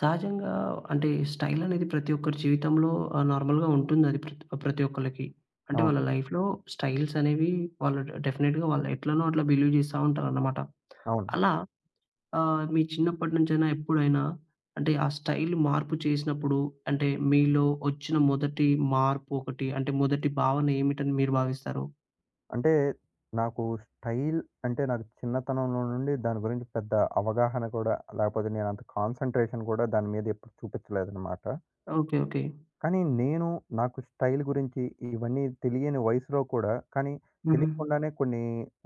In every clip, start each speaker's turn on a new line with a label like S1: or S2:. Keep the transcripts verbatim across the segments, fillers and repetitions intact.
S1: సహజంగా అంటే స్టైల్ అనేది ప్రతి ఒక్కరి జీవితంలో ఆహ్, నార్మల్‌గా ఉంటుందది ప్రతి ప్రతి ఒక్కళ్ళకి. అంటే
S2: అవును.
S1: వాళ్ళ లైఫ్‌లో స్టైల్స్ అనేవి వాళ్ళు డె డెఫినిట్‌గా వాళ్ళు ఎట్లనో అట్లా బిలీవ్ చేస్తా ఉంటారన్నమాట.
S2: అవును.
S1: అలా ఆహ్, మీ చిన్నప్పటి నుంచైనా ఎప్పుడైనా అంటే ఆ స్టైల్ మార్పు చేసినప్పుడు అంటే మీలో వచ్చిన మొదటి మార్పు ఒకటి అంటే మొదటి భావన ఏమిటని మీరు భావిస్తారు?
S2: అంటే నాకు స్టైల్ అంటే నాకు చిన్నతనంలో నుండి దాని గురించి పెద్ద అవగాహన కూడా లేకపోతే నేనంత కాన్సంట్రేషన్ కూడా దాని మీద ఎప్పుడు చూపించలేదనమాట.
S1: ఓకే. ఓకే.
S2: కానీ నేను నాకు స్టైల్ గురించి ఇవన్నీ తెలియని వయసులో కూడా కానీ
S1: హుహు.
S2: తెలియకుండానే కొన్ని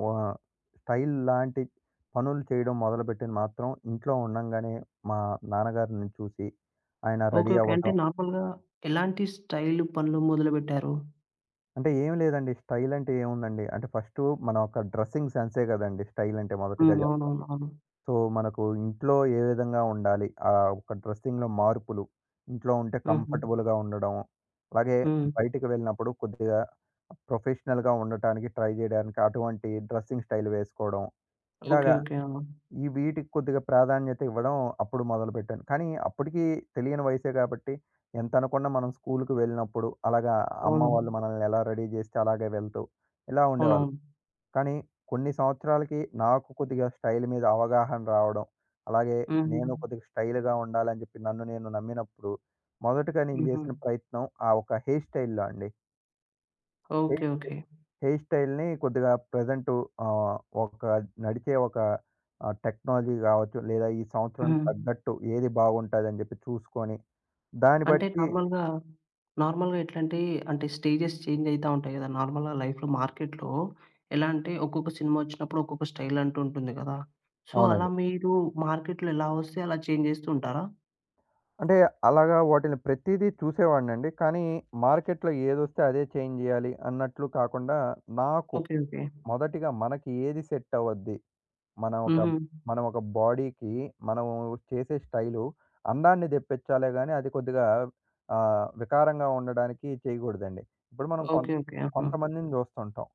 S2: ఆహ్, స్టైల్ లాంటి పనులు చేయడం మొదలుపెట్టింది మాత్రం ఇంట్లో ఉండంగానే మా నాన్నగారిని చూసి ఆయన
S1: ఓకే.
S2: Ready
S1: okay. అంటే
S2: అవ్వటం.
S1: నార్మల్‌గా ఎలాంటి స్టైల్ పనులు మొదలుపెట్టారు?
S2: అంటే ఏం లేదండి. స్టైల్ అంటే ఏముందండి. అంటే ఫస్టు మన యొక్క డ్రెస్సింగ్ సెన్సే గదండీ స్టైల్ అంటే మొదటిగా
S1: హ్మ్.
S2: జెప్
S1: అవునవును. అవును.
S2: సో, మనకు ఇంట్లో ఏ విధంగా ఉండాలి. ఆహ్, ఒక డ్రెస్సింగ్‌లో మార్పులు, ఇంట్లో ఉంటే
S1: హుహు.
S2: కంఫర్టబుల్‌గా ఉండడం. అలాగే
S1: హ్మ్.
S2: బయటికి వెళ్ళినప్పుడు కొద్దిగా ప్రొఫెషనల్‌గా ఉండటానికి ట్రై జేయడానికి అటువంటి డ్రెస్సింగ్ స్టైల్ వేసుకోవడం.
S1: ఓకే.
S2: ఇలాగా
S1: ఓకే. ఆ!
S2: ఈ వీటికి కొద్దిగా ప్రాధాన్యత ఇవ్వడం అప్పుడు మొదలుపెట్టాను. కానీ అప్పటికి తెలియని వయసే కాబట్టి ఎంతనుకున్నా మనం స్కూలుకి వెళ్ళినప్పుడు అలాగా అమ్మ
S1: అవును.
S2: వాళ్ళు మనల్ని ఎలా రెడీ చేస్తే అలాగే వెళ్తూ ఇలా ఉండేవాళ్ళు.
S1: అవునవును.
S2: కానీ కొన్ని సంవత్సరాలకి నాకు కొద్దిగా స్టైల్ మీద అవగాహన రావడం, అలాగే
S1: హుహు.
S2: నేను కొద్దిగా స్టైల్‌గా ఉండాలని చెప్పి నన్ను నేను నమ్మినప్పుడు మొదటగా నేను
S1: హుహు.
S2: చేసిన ప్రయత్నం ఆ ఒక హెయిర్ స్టైల్‌లో అండి.
S1: ఓకే.
S2: Hair style
S1: okay.
S2: హెయిర్ స్టైల్‌ని కొద్దిగా ప్రెజెంటు ఆహ్, ఒక నడిచే ఒక ఆహ్, టెక్నాలజీ గావచ్చు, లేదా ఈ సంవత్సరానికి
S1: హ్మ్.
S2: తగ్గట్టు ఏది బాగుంటదని జెప్పి చూసుకొని, దాన్ని
S1: అంటే
S2: బట్టి
S1: నార్మల్‌గా, నార్మల్‌గా ఎట్లాంటి అంటే స్టేజెస్ చేంజ్ అయితా ఉంటాయి గదా! నార్మల్‌గా లైఫ్‌లో మార్కెట్‌లో ఎలా అంటే ఒక్కొక్క సినిమా వచ్చినప్పుడు ఒక్కొక్క స్టైల్ అంటూ ఉంటుంది గదా! సో, అలా
S2: అవునండి.
S1: మీరు మార్కెట్‌లో ఎలా వస్తే అలా చేంజ్ చేస్తూ ఉంటారా?
S2: అంటే అలాగా వాటిని ప్రతీదీ చూసేవాడినండి. కానీ మార్కెట్‌లో ఏదొస్తే అదే చేంజ్ జేయాలి అన్నట్లు కాకుండా, నాకు
S1: ఓకే. ఓకే.
S2: మొదటిగా మనకి ఏది సెట్ అవ్వద్ది? మనం ఒక
S1: హుహు.
S2: మనం ఒక బాడీకి మనము చేసే స్టైలు అందాన్ని తెప్పించాలే గాని, అది కొద్దిగా ఆహ్, వికారంగా ఉండడానికి చేయకూడదండి. ఇప్పుడు మనం కొం
S1: ఓకే. ఓకే. ఆహా!
S2: కొంతమందిని చూస్తుంటాం.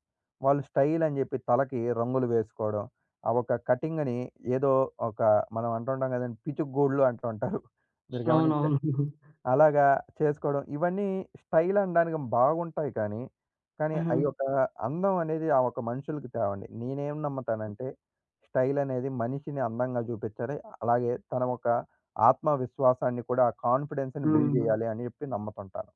S2: వాళ్ళు స్టైల్ అని చెప్పి తలకి రంగులు వేసుకోవడం. ఆ ఒక కటింగ్‌ని ఏదో ఒక మనం అంటుంటాం కదండీ! పిచ్చుక గూడులు అంటూ ఉంటారు. మీరు గమనించా
S1: అవునవును.
S2: అలాగా చేసుకోవడం. ఇవన్నీ స్టైల్ అనడానికి బాగుంటాయి కానీ, కానీ
S1: ఆహా!
S2: అయ్యొక అందం అనేది ఆ ఒక మనుషులకి తేవండి. నేనేం నమ్ముతానంటే, స్టైల్ అనేది మనిషిని అందంగా చూపించాలి. అలాగే తన ఒక ఆత్మవిశ్వాసాన్ని కూడా, ఆ కాన్ఫిడెన్స్‌ని బిల్డ్
S1: హ్మ్.
S2: చేయాలి అని చెప్పి నమ్ముతుంటాను.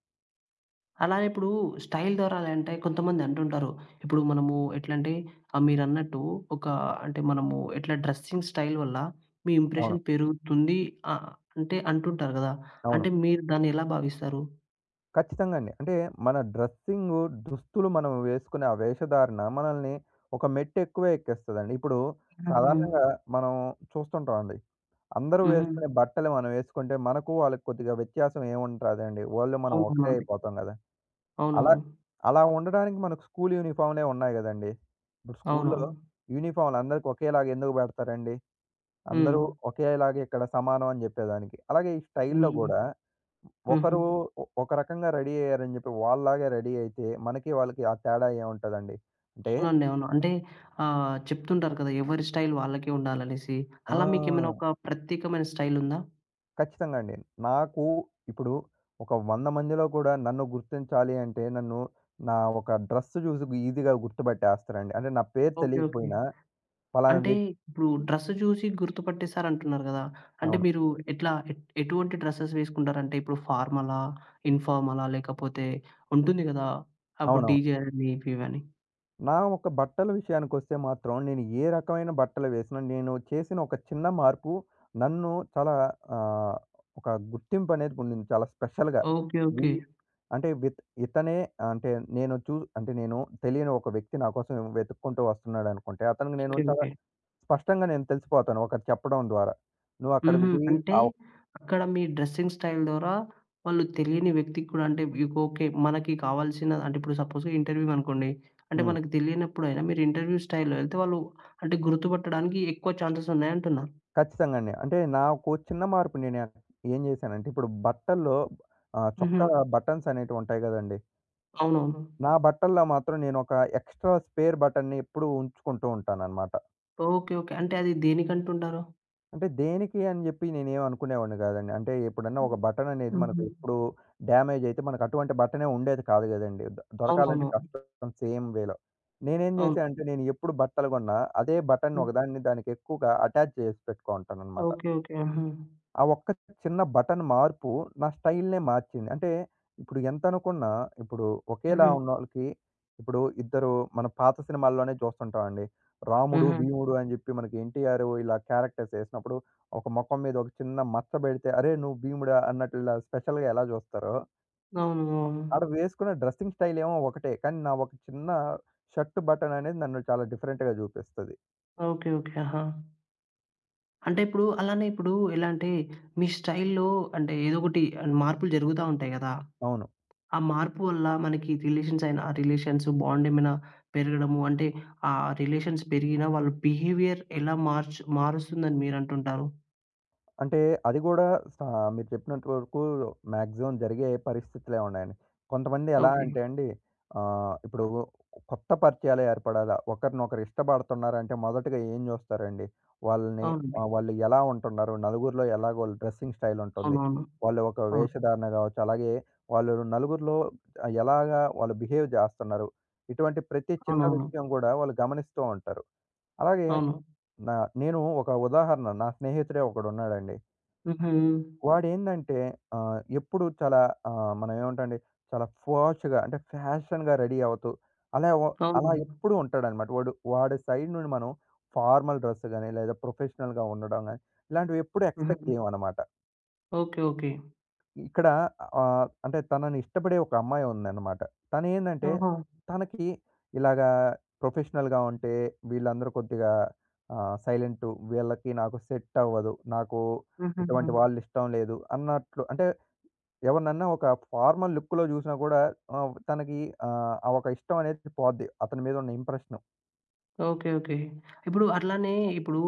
S1: అలానే ఇప్పుడు స్టైల్ ద్వారా అంటే కొంతమంది అంటుంటారు. ఇప్పుడు మనము ఎట్లంటే ఆహ్, మీరన్నట్టు ఒక అంటే మనము ఎట్లా డ్రెస్సింగ్ స్టైల్ వల్ల మీ
S2: అవును.
S1: ఇంప్రెషన్ పెరుగుతుంది ఆహ్, అంటే అంటుంటారు గదా!
S2: అవును.
S1: అంటే మీరు దాన్ని ఎలా భావిస్తారు?
S2: ఖచ్చితంగా అండి. అంటే మన డ్రెస్సింగు, దుస్తులు మనం వేసుకునే ఆ వేషధారణ మనల్ని ఒక మెట్టెక్కువే ఎక్కిస్తదండి. ఇప్పుడు
S1: ఆహా!
S2: సాధారణంగా మనం చూస్తుంటామండి. అందరూ
S1: హుహు.
S2: వేసుకునే బట్టలు మనం వేసుకుంటే, మనకు వాళ్ళకి కొద్దిగా వ్యత్యాసం ఏముంటాదండి. వాళ్ళు మనం ఒకటే
S1: అవునవునండి.
S2: అయిపోతాం గదా! అలా
S1: అవునవును.
S2: అలా ఉండడానికి మనకు స్కూల్ యూనిఫామ్‌లే ఉన్నాయి గదండీ. ఇప్పుడు స్కూల్‌లో
S1: అవునవును.
S2: యూనిఫామ్‌లు అందరికి ఒకేలాగా ఎందుకు బెడతారండి?
S1: హ్మ్.
S2: అందరూ ఒకేలాగా ఇక్కడ సమానం అని జెప్పేదానికి. అలాగే ఈ స్టైల్‌లో
S1: హ్మ్.
S2: గూడా
S1: హుహు.
S2: ఒకరు ఒ ఒక రకంగా రెడీ అయ్యారని జెప్పి వాళ్ళలాగే రెడీ అయితే, మనకి వాళ్ళకి ఆ తేడా ఏముంటదండి? అంటే
S1: అవునండి. అవును. అంటే ఆహ్, చెప్తుంటారు కదా! ఎవరి స్టైల్ వాళ్ళకే ఉండాలనేసి.
S2: ఆ!
S1: అలా మీకేమైనా ఒక ప్రత్యేకమైన స్టైల్ ఉందా?
S2: ఖచ్చితంగా అండి. నాకు ఇప్పుడు ఒక వంద మందిలో కూడా నన్ను గుర్తించాలి అంటే నన్ను నా ఒక డ్రెస్ చూసి గు ఈజీగా గుర్తుపట్టేస్తారండి. అంటే నా పేరు
S1: ఓకే. ఓకే.
S2: తెలియకపోయినా పలానా
S1: అంటే
S2: వ్యక్
S1: ఇప్పుడు డ్రెస్ చూసి గుర్తుపట్టేసారంటున్నారు గదా! అంటే
S2: అవును.
S1: మీరు ఎట్లా ఎట్ ఎటువంటి డ్రెసెస్ వేసుకుంటారంటే ఇప్పుడు ఫార్మలా? ఇన్‌ఫార్మలా? లేకపోతే ఉంటుంది గదా! అప్పుడు
S2: అవునవును.
S1: డీజే అని ఇవి ఇవని.
S2: నా ఒక బట్టల విషయానికొస్తే మాత్రం నేను ఏ రకమైన బట్టలు వేసినా నేను చేసిన ఒక చిన్న మార్పు నన్ను చాలా ఆహ్, ఒక గుర్తింపు అనేది పొందింది చాలా స్పెషల్‌గా.
S1: ఓకే.
S2: వీ
S1: ఓకే.
S2: అంటే విత్ ఇతనే అంటే నేను చూ అంటే నేను తెలియని ఒక వ్యక్తి నా కోసం వెతుక్కుంటూ వస్తున్నాడనుకుంటే అతనికి నేను
S1: ఓకే.
S2: చాలా
S1: ఓకే.
S2: స్పష్టంగా నేను తెలిసిపోతాను ఒకరు చెప్పడం ద్వారా. నువ్వక్కడికి
S1: హుహు.
S2: బోయి
S1: అంటే
S2: ఆవ్
S1: అక్కడ మీ డ్రెస్సింగ్ స్టైల్ ద్వారా వాళ్ళు తెలియని వ్యక్తికి కూడా అంటే ఇగ ఓకే. మనకి కావాల్సిన అంటే ఇప్పుడు సపోజ్ ఇంటర్వ్యూ అనుకోండి. అంటే
S2: హ్మ్.
S1: మనకు తెలియనప్పుడైనా మీరు ఇంటర్వ్యూ స్టైల్‌లో ఎళ్తే వాళ్ళు అంటే గుర్తుపట్టడానికి ఎక్కువ ఛాన్సెస్ ఉన్నాయంటున్నారు.
S2: ఖచ్చితంగా అండి. అంటే నాకు చిన్న మార్పు నేను ఎ- ఏం చేశానంటే ఇప్పుడు బట్టల్లో ఆహ్,
S1: హుహు.
S2: చొక్కా బటన్స్ అనేటివుంటాయి గదండీ!
S1: అవునవును.
S2: నా బట్టల్లో మాత్రం నేనొక ఎక్స్‌ట్రా స్పేర్ బటన్‌ని ఎప్పుడూ ఉంచుకుంటూ ఉంటాననమాట.
S1: ఓకే. ఓకే. అంటే అది దేనికంటుంటారు?
S2: అంటే దేనికి అని జెప్పి నేనేం అనుకునేవాడిని గాదండి. అంటే ఎప్పుడన్నా
S1: హ్మ్.
S2: ఒక బటననేది మనకు
S1: హుహు.
S2: ఎప్పుడు డ్యామేజ్ అయితే మనకు అటువంటి బటనే ఉండేది కాదు గదండీ. దొ
S1: అవునవును.
S2: దొరకాలంటే కష్టం సేమ్ వేలో. నేనేం
S1: అవును.
S2: జేశా అంటే నేను ఎప్పుడు బట్టలు గొన్నా అదే బటన్
S1: హ్మ్.
S2: ఒకదాన్ని దానికెక్కువగా అటాచ్ జేసి పెట్టుకుంటాననమాట.
S1: ఓకే. ఓకే. ఆహా!
S2: ఆ ఒక్క చిన్న బటన్ మార్పు నా స్టైల్‌నే మార్చింది. అంటే ఇప్పుడు ఎంతనుకున్నా ఇప్పుడు ఒకేలా
S1: హుహు.
S2: ఉన్నోళ్ళకి ఇప్పుడు ఇద్దరు మన పాత సినిమాల్లోనే చూస్తుంటామండి. 'రాముడు,
S1: హుహు.
S2: భీముడు' అని జెప్పి మనకి 'ఎన్టీఆర్' ఇలా క్యారెక్టర్స్ ఏసినప్పుడు ఒక మొఖం మీద ఒక చిన్న మచ్చ బెడితే అరేయ్! నువ్వు భీముడా అన్నట్లు ఇలా స్పెషల్‌గా ఎలా జూస్తారో,
S1: అవును. అవును.
S2: ఆడ వేసుకున్న డ్రెస్సింగ్ స్టైల్ ఏమో ఒకటే. కానీ నా ఒక చిన్న షర్ట్ బటన్ అనేది నన్ను చాలా డిఫరెంట్‌గా జూపిస్తది.
S1: ఓకే. ఓకే. ఆహా! అంటే ఇప్పుడు అలానే ఇప్పుడు ఎలా అంటే మీ స్టైల్‌లో అంటే ఏదో ఒకటి ఆహ్, మార్పులు జరుగుతా ఉంటాయి గదా!
S2: అవును.
S1: ఆ మార్పు వల్ల మనకి రిలేషన్స్ అయినా, ఆ రిలేషన్స్ బాండ్ ఏమైనా పెరగడము అంటే ఆ రిలేషన్స్ పెరిగినా వాళ్ళ బిహేవియర్ ఎలా మార్చ్ మారుస్తుందని మీరంటుంటారు?
S2: అంటే అది గూడా సా మీరు చెప్పినంత వరకు మాక్సిమం జరిగే పరిస్థితులే ఉన్నాయండి. కొంతమంది ఎలా
S1: ఓకే.
S2: అంటే అండి ఆహ్, ఇప్పుడు కొత్త పరిచయాలు ఏర్పడాలా, ఒకరినొకరు ఇష్టపడుతున్నారంటే మొదటగా ఏం జూస్తారండి? వాళ్ళని
S1: అవునండి.
S2: ఆహ్, వాళ్ళు ఎలా ఉంటున్నారు, నలుగురిలో ఎలాగో వాళ్ళ డ్రెస్సింగ్ స్టైల్ ఉంటుంది.
S1: అవునవును.
S2: వాళ్ళు ఒక
S1: అవును.
S2: వేషధారణ గావచ్చు, అలాగే వాళ్ళు నలుగురిలో ఎలాగా వాళ్ళు బిహేవ్ జేస్తున్నారు. ఇటువంటి ప్రతి చిన్న
S1: అవునవును.
S2: విషయం గూడా వాళ్ళు గమనిస్తూ ఉంటారు. అలాగే
S1: అవును.
S2: నా నేను ఒక ఉదాహరణ నా స్నేహితుడే ఒకడున్నాడండి.
S1: హుహు.
S2: వాడేందంటే ఆహ్, ఎప్పుడు చాలా ఆహ్, మనం ఏమంటామండి చాలా పోష్‌గా అంటే ఫ్యాషన్‌గా రెడీ అవుతూ అలా వ అలా
S1: అవును.
S2: ఎప్పుడూ ఉంటాడనమాట. వాడు వాడి సైడ్ నుండి మనం ఫార్మల్ డ్రెస్ గాని, లేదా ప్రొఫెషనల్‌గా ఉండడం గాని, ఇలాంటివి ఎప్పుడు ఎక్స్‌పెక్ట్
S1: హుహు.
S2: చేయమనమాట.
S1: ఓకే. ఓకే.
S2: ఇక్కడ ఆహ్, అంటే తనని ఇష్టపడే ఒక అమ్మాయి ఉందనమాట. తనేందంటే
S1: ఓహో!
S2: తనకి ఇలాగా ప్రొఫెషనల్‌గా ఉంటే వీళ్ళందరూ కొద్దిగా ఆహ్, సైలెంటు వీళ్ళకి నాకు సెట్ అవ్వదు. నాకు
S1: హుహుహు.
S2: ఇటువంటి వాళ్ళిష్టం లేదు అన్నట్లు అంటే ఎవరినన్నా ఒక ఫార్మల్ లుక్‌లో జూసినా గూడా ఆహ్, తనకి ఆహ్, ఆ ఒక ఇష్టం అనేది పోద్ది. అతని మీద ఉన్న ఇంప్రెషను.
S1: ఓకే. ఓకే. ఇప్పుడు అట్లానే ఇప్పుడు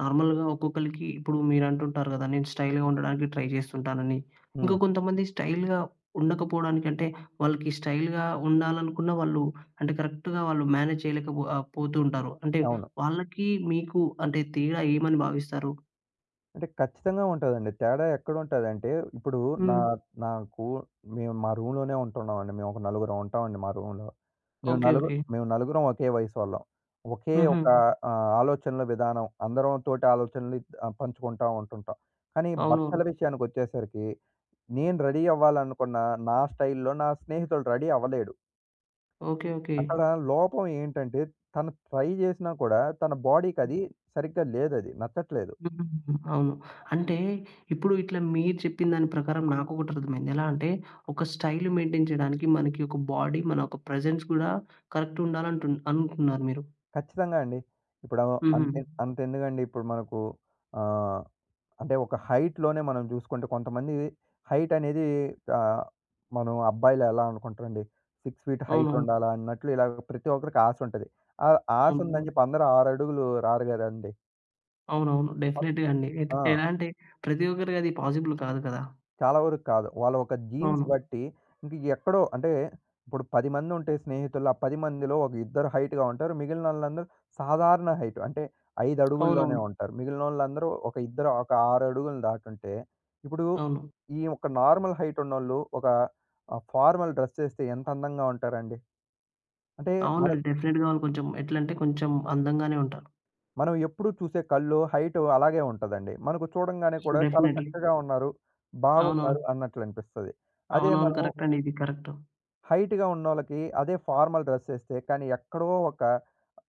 S1: నార్మల్‌గా ఒక్కొక్కళ్ళకి ఇప్పుడు మీరంటుంటారు గదా! నేను స్టైల్‌గా ఉండడానికి ట్రై చేస్తుంటానని. ఇంకా
S2: హ్మ్.
S1: కొంతమంది స్టైల్‌గా ఉండకపోవడానికి అంటే వాళ్ళకి స్టైల్‌గా ఉండాలనుకున్న వాళ్ళు అంటే కరెక్ట్‌గా వాళ్ళు మేనేజ్ చేయలేకపో ఆహ్, పోతూ ఉంటారు. అంటే
S2: అవును.
S1: వాళ్ళకి మీకు అంటే తేడా ఏమని భావిస్తారు?
S2: అంటే ఖచ్చితంగా ఉంటదండి. తేడా ఎక్కడుంటదంటే, ఇప్పుడు నా
S1: హ్మ్.
S2: నాకు మేము మా రూమ్‌లోనే ఉంటున్నామండి. మేము ఒక నలుగురం ఉంటామండి మా రూమ్‌లో. మేము
S1: ఓకే.
S2: నలుగు
S1: ఓకే.
S2: మేము నలుగురం ఒకే వయసోళ్ళం. ఒకే
S1: హుహు.
S2: ఒక ఆహ్, ఆలోచనల విధానం. అందరం తోటి ఆలోచనలు ఆహ్, పంచుకుంటా ఉంటుంటాం. కానీ బట్టల
S1: అవునవును.
S2: విషయానికొచ్చేసరికి, నేను రెడీ అవ్వాలనుకున్న నా స్టైల్‌లో నా స్నేహితుడు రెడీ అవ్వలేడు.
S1: ఓకే. ఓకే.
S2: అక్కడ లోపం ఏంటంటే తను ట్రై చేసినా కూడా తన బాడీకి అది సరిగ్గా లేదది. నచ్చట్లేదు.
S1: హుహుహు. అవును. అంటే ఇప్పుడు ఇట్లా మీరు చెప్పిన దాని ప్రకారం నాకొకటి అర్థమైంది. ఎలా అంటే ఒక స్టైల్ మెయింటైన్ చేయడానికి మనకి ఒక బాడీ, మన ఒక ప్రెజెన్స్ గూడా కరెక్ట్ ఉండాలంటున్ అనుకున్నారు మీరు.
S2: ఖచ్చితంగా అండి. ఇప్పుడు ఆ-
S1: హుహు.
S2: అంతే అంతెందుకండి ఇప్పుడు మనకు ఆహ్, అంటే ఒక హైట్‌లోనే మనం చూసుకుంటే కొంతమంది హైట్ అనేది ఆహ్, మనం అబ్బాయిలు ఎలా అనుకుంటారండి ఆరు ఫీట్ హైట్
S1: అవునవును.
S2: ఉండాలా అన్నట్లు ఇలా ప్రతి ఒక్కరికి ఆశ ఉంటది. ఆ ఆశ
S1: అవును.
S2: ఉందని చెప్పి అందరూ ఆరు అడుగులు రారు కదండీ.
S1: అవునవును. డెఫినెట్‌గా అండి. ఎట్
S2: ఆ!
S1: ఎలా అంటే ప్రతి ఒక్కరికి అది పాసిబుల్ కాదు కదా!
S2: చాలా వరకు కాదు. వాళ్ళ ఒక జీన్స్
S1: అవును.
S2: బట్టి ఇంక ఎక్కడో అంటే ఇప్పుడు పది మంది ఉంటే స్నేహితుల్లో, ఆ పది మందిలో ఒక ఇద్దరు హైట్‌గా ఉంటారు. మిగిలినోళ్ళందరూ సాధారణ హైట్ అంటే ఐదు అడుగుల్లోనే
S1: అవునవును.
S2: ఉంటారు. మిగిలినోళ్ళందరూ ఒక ఇద్దరు ఒక ఆరు అడుగులు దాటుంటే, ఇప్పుడు
S1: అవును.
S2: ఈ ఒక నార్మల్ హైట్ ఉన్నోళ్ళు ఒక ఆహ్, ఫార్మల్ డ్రెస్ ఏస్తే ఎంత అందంగా ఉంటారండి. అంటే మన
S1: అవునండి. డెఫినెట్‌గా వాళ్ళు కొంచెం ఎట్లంటే కొంచెం అందంగానే ఉంటారు.
S2: మనం ఎప్పుడూ చూసే కళ్ళు హైట్ అలాగే ఉంటదండి. మనకు చూడంగానే కూడా చాలా
S1: డెఫినెట్‌లీ.
S2: చక్కగా ఉన్నారు,
S1: అవునవును.
S2: బాగున్నారు అన్నట్లు అనిపిస్తది. అదే
S1: అవునవును.
S2: మనం
S1: కరెక్ట్ అండి. ఇది కరెక్ట్.
S2: హైట్‌గా ఉన్నోళ్ళకి అదే ఫార్మల్ డ్రెస్సేస్తే కానీ ఎక్కడో ఒక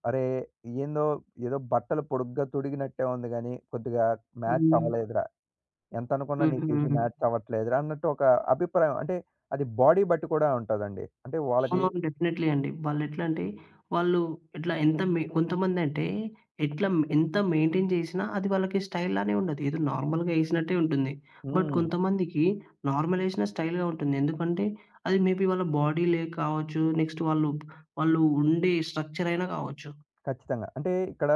S2: అరే! ఏందో ఏదో బట్టలు పొడుగ్గా తొడిగినట్టే ఉంది గానీ, కొద్దిగా మ్యాచ్
S1: హ్మ్.
S2: అవ్వలేదురా! ఎంత అనుకున్నా నీకు ఇవి
S1: హుహు.
S2: మ్యాచ్ అవ్వట్లేదురా! అన్నట్టు ఒక అభిప్రాయం. అంటే అది బాడీ బట్టి కూడా ఉంటదండి. అంటే వాళ్ళకి
S1: అవునవును. డెఫినెట్‌లీ అండి. వాళ్ళెట్లా అంటే, వాళ్ళు ఎట్లా ఎంత మె కొంతమందంటే ఎట్లా మ- ఎంత మెయింటైన్ చేసినా అది వాళ్ళకి స్టైల్ లానే ఉండదు. ఏదో నార్మల్‌గా ఏసినట్టే ఉంటుంది. బట్
S2: హ్మ్.
S1: కొంతమందికి నార్మల్ ఏసినా స్టైల్‌గా ఉంటుంది. ఎందుకంటే, అది మేబీ వాళ్ళ బాడీ లే కావచ్చు. నెక్స్ట్ వాళ్ళు వాళ్ళు ఉండే స్ట్రక్చర్ అయినా కావచ్చు.
S2: ఖచ్చితంగా. అంటే ఇక్కడ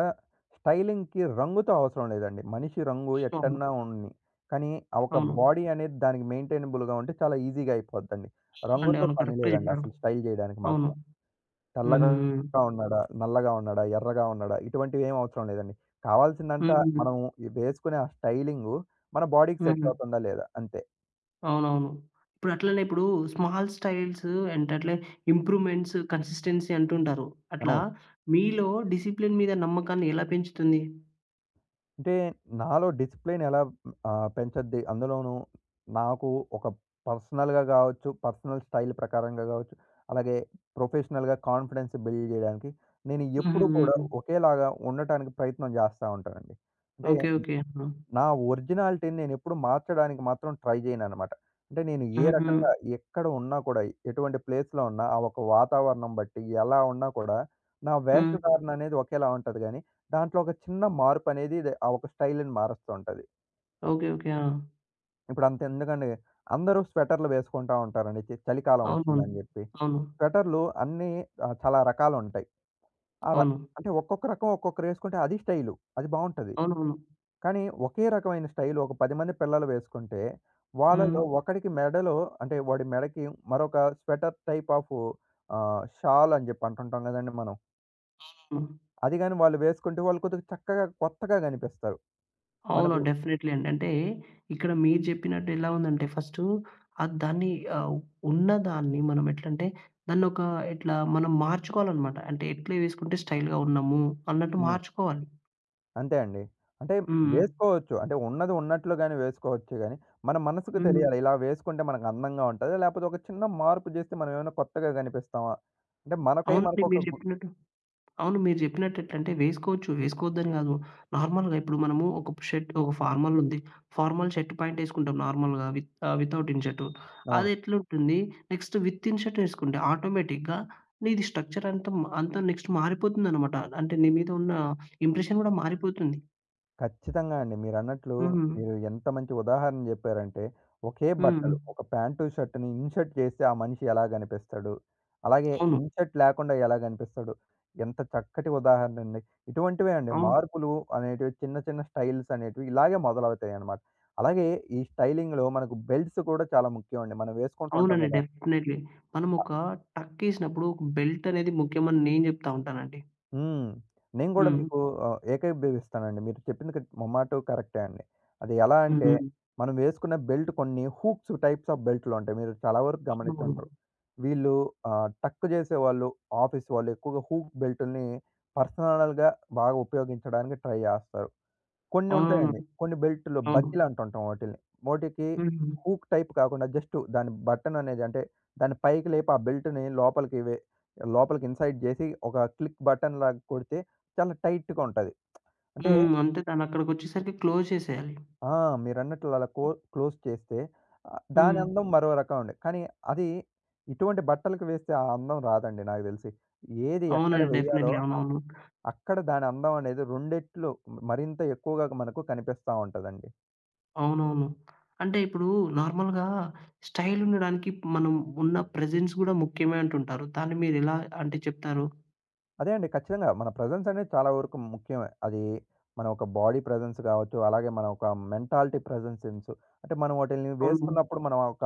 S2: స్టైలింగ్‌కి రంగుతో అవసరం లేదండి. మనిషి రంగు
S1: అవును.
S2: ఎట్టన్నా ఉన్ని. కానీ ఆ ఒక
S1: అవును.
S2: బాడీ అనేది దానికి మెయింటైనబుల్‌గా ఉంటే చాలా ఈజీగా అయిపోద్దండి.
S1: అవునండి.
S2: రంగుతో
S1: అవును.
S2: పని
S1: కరెక్టే
S2: లేదండి
S1: చెప్పారు.
S2: అసలు స్టైల్ జేయడానికి
S1: అవును.
S2: మాత్రం.
S1: హుహు.
S2: తెల్లగా
S1: హ్మ్.
S2: ఉన్నాడా? నల్లగా ఉన్నాడా? ఎర్రగా ఉన్నాడా? ఇటువంటివి ఏమి అవసరం లేదండి. కావాల్సిందంతా
S1: హ్మ్.
S2: మనం ఈ వేసుకునే ఆ స్టైలింగు మన బాడీకి సెట్
S1: హ్మ్.
S2: అవుతుందా లేదా అంతే.
S1: అవునవును. ఇప్పుడు అట్లనే ఇప్పుడు స్మాల్ స్టైల్స్ అంటే అట్లే ఇంప్రూవ్‌మెంట్స్, కన్సిస్టెన్సీ అంటుంటారు. అట్లా
S2: అవును.
S1: మీలో డిసిప్లిన్ మీద నమ్మకాన్ని ఎలా పెంచుతుంది?
S2: అంటే నాలో డిసిప్లిన్ ఎలా ఆహ్, పెంచద్ది అందులోనూ నాకు ఒక పర్సనల్‌గా గావచ్చు, పర్సనల్ స్టైల్ ప్రకారంగా గావచ్చు, అలాగే ప్రొఫెషనల్‌గా కాన్ఫిడెన్స్ బిల్డ్ జేయడానికి నేను
S1: హుహు.
S2: ఎప్పుడూ కూడా
S1: హ్మ్.
S2: ఒకేలాగా ఉండటానికి ప్రయత్నం జేస్తా ఉంటానండి. అంటే
S1: ఓకే. ఓకే. ఆ!
S2: నా ఒరిజినాలిటీని నేనెప్పుడు మార్చడానికి మాత్రం ట్రై చేయననమాట. అంటే నేను ఏ
S1: హుహు.
S2: రకంగా ఎక్కడ ఉన్నా కూడా, ఎటువంటి ప్లేస్‌లో ఉన్నా, ఆ ఒక వాతావరణం బట్టి ఎలా ఉన్నా కూడా, నా
S1: హ్మ్.
S2: వేషధారణ అనేది ఒకేలా ఉంటది గానీ, దాంట్లో ఒక చిన్న మార్పనేది ఇది ఆ ఒక స్టైల్‌ని మారుస్తూ ఉంటది. ఆహ్,
S1: ఓకే. ఓకే. ఆ!
S2: ఇప్పుడంతెందుకండి అందరూ స్వెటర్‌లు వేసుకుంటా ఉంటారండి. చి చలికాలం
S1: అవునవును.
S2: వచ్చిందని జెప్పి.
S1: అవును.
S2: స్వెటర్‌లు అన్నీ ఆహ్, చాలా రకాలుంటాయి. ఆ ర
S1: అవును.
S2: అంటే ఒక్కొక్క రకం ఒక్కొక్కరేసుకుంటే అది స్టైలు. అది బావుంటది.
S1: అవునవును.
S2: కానీ ఒకే రకమైన స్టైల్ ఒక పది మంది పిల్లలు వేసుకుంటే,
S1: హ్మ్.
S2: వాళ్ళలో ఒకడికి మెడలో అంటే వాడి మెడకి మరొక స్వెటర్ టైప్ ఆఫ్ ఆహ్, షాల్ అని జెప్పి అంటుంటాం గదండీ మనం.
S1: అవును.
S2: అది గాని వాళ్ళు వేసుకుంటే వాళ్ళు కొద్దిగా చక్కగా కొత్తగా గనిపిస్తారు.
S1: అవును.
S2: మనకు
S1: డెఫినెట్‌లీ అండి. అంటే ఇక్కడ మీరు చెప్పినట్టు ఎలా ఉందంటే ఫస్టు ఆహ్, దాన్ని ఆహ్, ఉన్నదాన్ని మనం ఎట్లంటే దాన్నొక ఇట్లా మనం మార్చుకోవాలనమాట. అంటే ఎట్లా వేసుకుంటే స్టైల్‌గా ఉన్నాము అన్నట్టు
S2: హ్మ్.
S1: మార్చుకోవాలి.
S2: అంతే అండి. అంటే
S1: హ్మ్.
S2: వేసుకోవచ్చు. అంటే ఉన్నది ఉన్నట్లుగానే వేసుకోవచ్చు గానీ, మన మనసుకు
S1: హ్మ్.
S2: తెలియాలి. ఇలా వేసుకుంటే మనకు అందంగా ఉంటది. లేపోతే ఒక చిన్న మార్పు జేస్తే మనం ఏమైనా కొత్తగా గనిపిస్తామా? అంటే మనకై
S1: అవునండి.
S2: మనకొక
S1: మీరు
S2: గు
S1: చెప్పినట్టు అవును. మీరు జెప్పినట్టు ఎట్లంటే వేసుకోవచ్చు. వేసుకోవద్దని గాదు. నార్మల్‌గా ఇప్పుడు మనము ఒక షర్ట్ ఒక ఫార్మల్ ఉంది. ఫార్మల్ షర్ట్, ప్యాంట్ ఏసుకుంటాం నార్మల్‌గా విత్ ఆహ్, వితౌట్ ఇన్ షర్ట్.
S2: అవును.
S1: అది ఎట్లుంటుంది? నెక్స్ట్ విత్ ఇన్ షర్ట్ ఏసుకుంటే ఆటోమేటిక్‌గా నీది స్ట్రక్చర్ అంతా మ అంతా నెక్స్ట్ మారిపోతుందనమాట. అంటే నీ మీద ఉన్న ఇంప్రెషన్ గూడా మారిపోతుంది.
S2: ఖచ్చితంగా అండి. మీరన్నట్లు
S1: హ్మ్.
S2: మీరు ఎంత మంచి ఉదాహరణ జెప్పారంటే, ఒకే
S1: హ్మ్.
S2: బట్టలు ఒక ప్యాంటు, షర్ట్‌ని ఇన్‌షర్ట్ చేస్తే ఆ మనిషి ఎలా గనిపిస్తాడు? అలాగే
S1: అవును.
S2: ఇన్‌షర్ట్ లేకుండా ఎలా గనిపిస్తాడు? ఎంత చక్కటి ఉదాహరణ అండి. ఇటువంటివే అండి
S1: అవును.
S2: మార్పులు అనేటివి చిన్న చిన్న స్టైల్స్ అనేటివి ఇలాగే మొదలవుతాయన్నమాట. అలాగే ఈ స్టైలింగ్‌లో మనకు బెల్ట్స్ కూడా చాలా ముఖ్యం అండి. మనం వేసుకుంటూ ఉంటాం
S1: అవునండి.
S2: గదా!
S1: డెఫినైట్‌లీ. మనం ఒక టక్ ఏసినప్పుడు ఒక బెల్ట్ అనేది ముఖ్యమని నేను జెప్తా ఉంటానండి.
S2: హ్మ్. నేను గూడా
S1: హ్మ్.
S2: మీకు ఆహ్, ఏకీభవిస్తానండి. మీరు చెప్పింది క మొమాటో కరెక్టే అండి. అది ఎలా
S1: హ్మ్.
S2: అంటే,
S1: హ్మ్.
S2: మనం వేసుకున్న బెల్ట్ కొన్ని హూక్స్ టైప్స్ ఆఫ్ బెల్ట్‌లుంటాయి. మీరు చాలా వరకు
S1: అవునవును.
S2: గమనించుంటారు. వీళ్ళు ఆహ్, టక్ చేసేవాళ్ళు, ఆఫీస్ వాళ్ళు ఎక్కువగా హూక్ బెల్టుల్ని పర్సనల్‌గా బాగా ఉపయోగించడానికి ట్రై చేస్తారు. కొన్ని
S1: అవునవును.
S2: ఉంటాయండి. కొన్ని బెల్టులు
S1: అవును.
S2: బకిలంటుంటాం వాటిల్ని. మోటికి
S1: హ్మ్.
S2: హూక్ టైప్ కాకుండా జస్ట్ దాని బటన్ అనేది అంటే దాన్ని పైకి లేపి ఆ బెల్ట్‌ని లోపలికి వె లోపలికి ఇన్సైడ్ జేసి ఒక క్లిక్ బటన్ లాగా కొడితే చాలా టైట్‌గా ఉంటది. అంటే
S1: హ్మ్. అంతే తనక్కడికొచ్చేసరికి క్లోజ్ చేసేయాలి.
S2: ఆ! మీరన్నట్లు అలా క్లో క్లోజ్ చేస్తే ఆహ్, దాని
S1: హ్మ్.
S2: అందం మరో రకం అండి. కానీ అది ఇటువంటి బట్టలకు వేస్తే ఆ అందం రాదండి నాకు తెలిసి. ఏది ఎక్కడ
S1: అవునండి.
S2: వేయాలో
S1: డెఫినైట్‌లీ.
S2: అ
S1: అవునవును.
S2: అక్కడ దాని అందం అనేది రెండిట్లు మరింత ఎక్కువగా మనకు కనిపిస్తా ఉంటదండి.
S1: అవునవును. అంటే ఇప్పుడు నార్మల్‌గా స్టైల్ ఉండడానికి మనం ఉన్న ప్రెజెన్స్ గూడా ముఖ్యమే అంటుంటారు. దాన్ని మీరెలా అంటే చెప్తారు?
S2: అదే అండి. ఖచ్చితంగా. మన ప్రెజెన్స్ అనేది చాలా వరకు ముఖ్యమే. అది మన ఒక బాడీ ప్రెజెన్స్ కావచ్చు, అలాగే మన ఒక మెంటాలిటీ ప్రెజెన్స్ సెన్స్. అంటే మనం వాటిల్ని
S1: అవును.
S2: వేసుకున్నప్పుడు మనం ఒక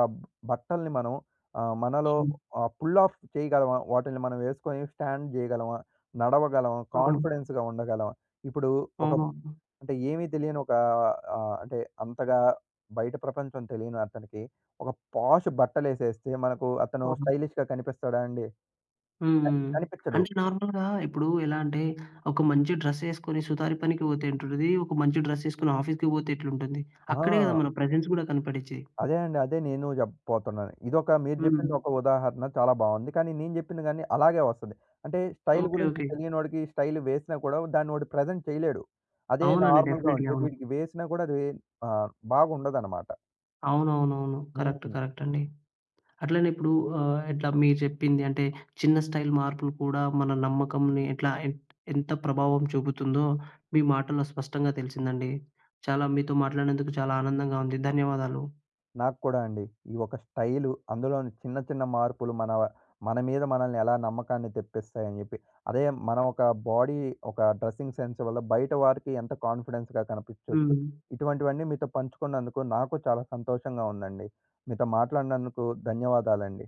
S2: బట్టల్ని మనం ఆహ్, మనలో
S1: హ్మ్.
S2: ఆహ్, పుల్ ఆఫ్ చేయగలమా? వాటిల్ని మనం వేసుకొని స్టాండ్ చేయగలమా? నడవగలమా?
S1: అవును.
S2: కాన్ఫిడెన్స్‌గా ఉండగలమా? ఇప్పుడు ఒక
S1: అవునవును.
S2: అంటే ఏమీ తెలియని ఒక ఆహ్, అంటే అంతగా బయట ప్రపంచం తెలియని అతనికి ఒక పాష్ బట్టలేసేస్తే మనకు అతను
S1: అవును.
S2: స్టైలిష్‌గా కనిపిస్తాడా అండి? క
S1: హ్మ్.
S2: కనిపించడు.
S1: అంటే నార్మల్‌గా ఇప్పుడు ఎలా అంటే ఒక మంచి డ్రెస్ యేసుకొని సుతారీ పనికి పోతే ఎటుంటది? ఒక మంచి డ్రెస్ యేసుకొని ఆఫీస్‌కి పోతే ఎట్లుంటుంది? అక్కడే గదా!
S2: ఆ!
S1: మన ప్రెజెన్స్ గూడా కనపడిచ్చేది.
S2: అదే అండి. అదే నేను చెప్పబోతున్నాను. ఇదొక మీరు
S1: హ్మ్.
S2: జెప్పింది ఒక ఉదాహరణ చాలా బావుంది. కానీ నేను జెప్పింది గాని అలాగే వస్తది. అంటే స్టైల్
S1: ఓకే.
S2: గురించి
S1: ఓకే.
S2: తెలియనోడికి స్టైల్ వేసినా కూడా దాన్ని వాడు ప్రెజెంట్ చేయలేడు. అదే
S1: అవునండి.
S2: నార్మల్‌గా
S1: డెఫినైట్‌లీ.
S2: ఉంటే
S1: అవును.
S2: వీడికి వేసినా కూడా అది ఆహ్, బాగుండదనమాట.
S1: అవునవునవును. కరెక్ట్.
S2: హ్మ్.
S1: కరెక్ట్ అండి. అట్లనే ఇప్పుడు ఆహ్, ఇట్లా మీరు చెప్పింది అంటే చిన్న స్టైల్ మార్పులు కూడా మన నమ్మకంని ఎట్లా ఎన్ ఎంత ప్రభావం చూపుతుందో మీ మాటల్లో స్పష్టంగా తెలిసిందండి. చాలా మీతో మాట్లాడినందుకు చాలా ఆనందంగా ఉంది. ధన్యవాదాలు.
S2: నాకు కూడా అండి. ఈ ఒక స్టైలు, అందులోని చిన్న చిన్న మార్పులు మన మన మీద మనల్ని ఎలా నమ్మకాన్ని తెప్పిస్తాయని జెప్పి. అదే మనం ఒక బాడీ ఒక డ్రెసింగ్ సెన్స్ వల్ల బయట వారికి ఎంత కాన్ఫిడెన్స్‌గా కనిపించొచ్చు.
S1: హ్మ్.
S2: ఇటువంటివన్నీ మీతో పంచుకున్నందుకు నాకు చాలా సంతోషంగా ఉందండి. మీతో మాట్లాడినందుకు ధన్యవాదాలండి.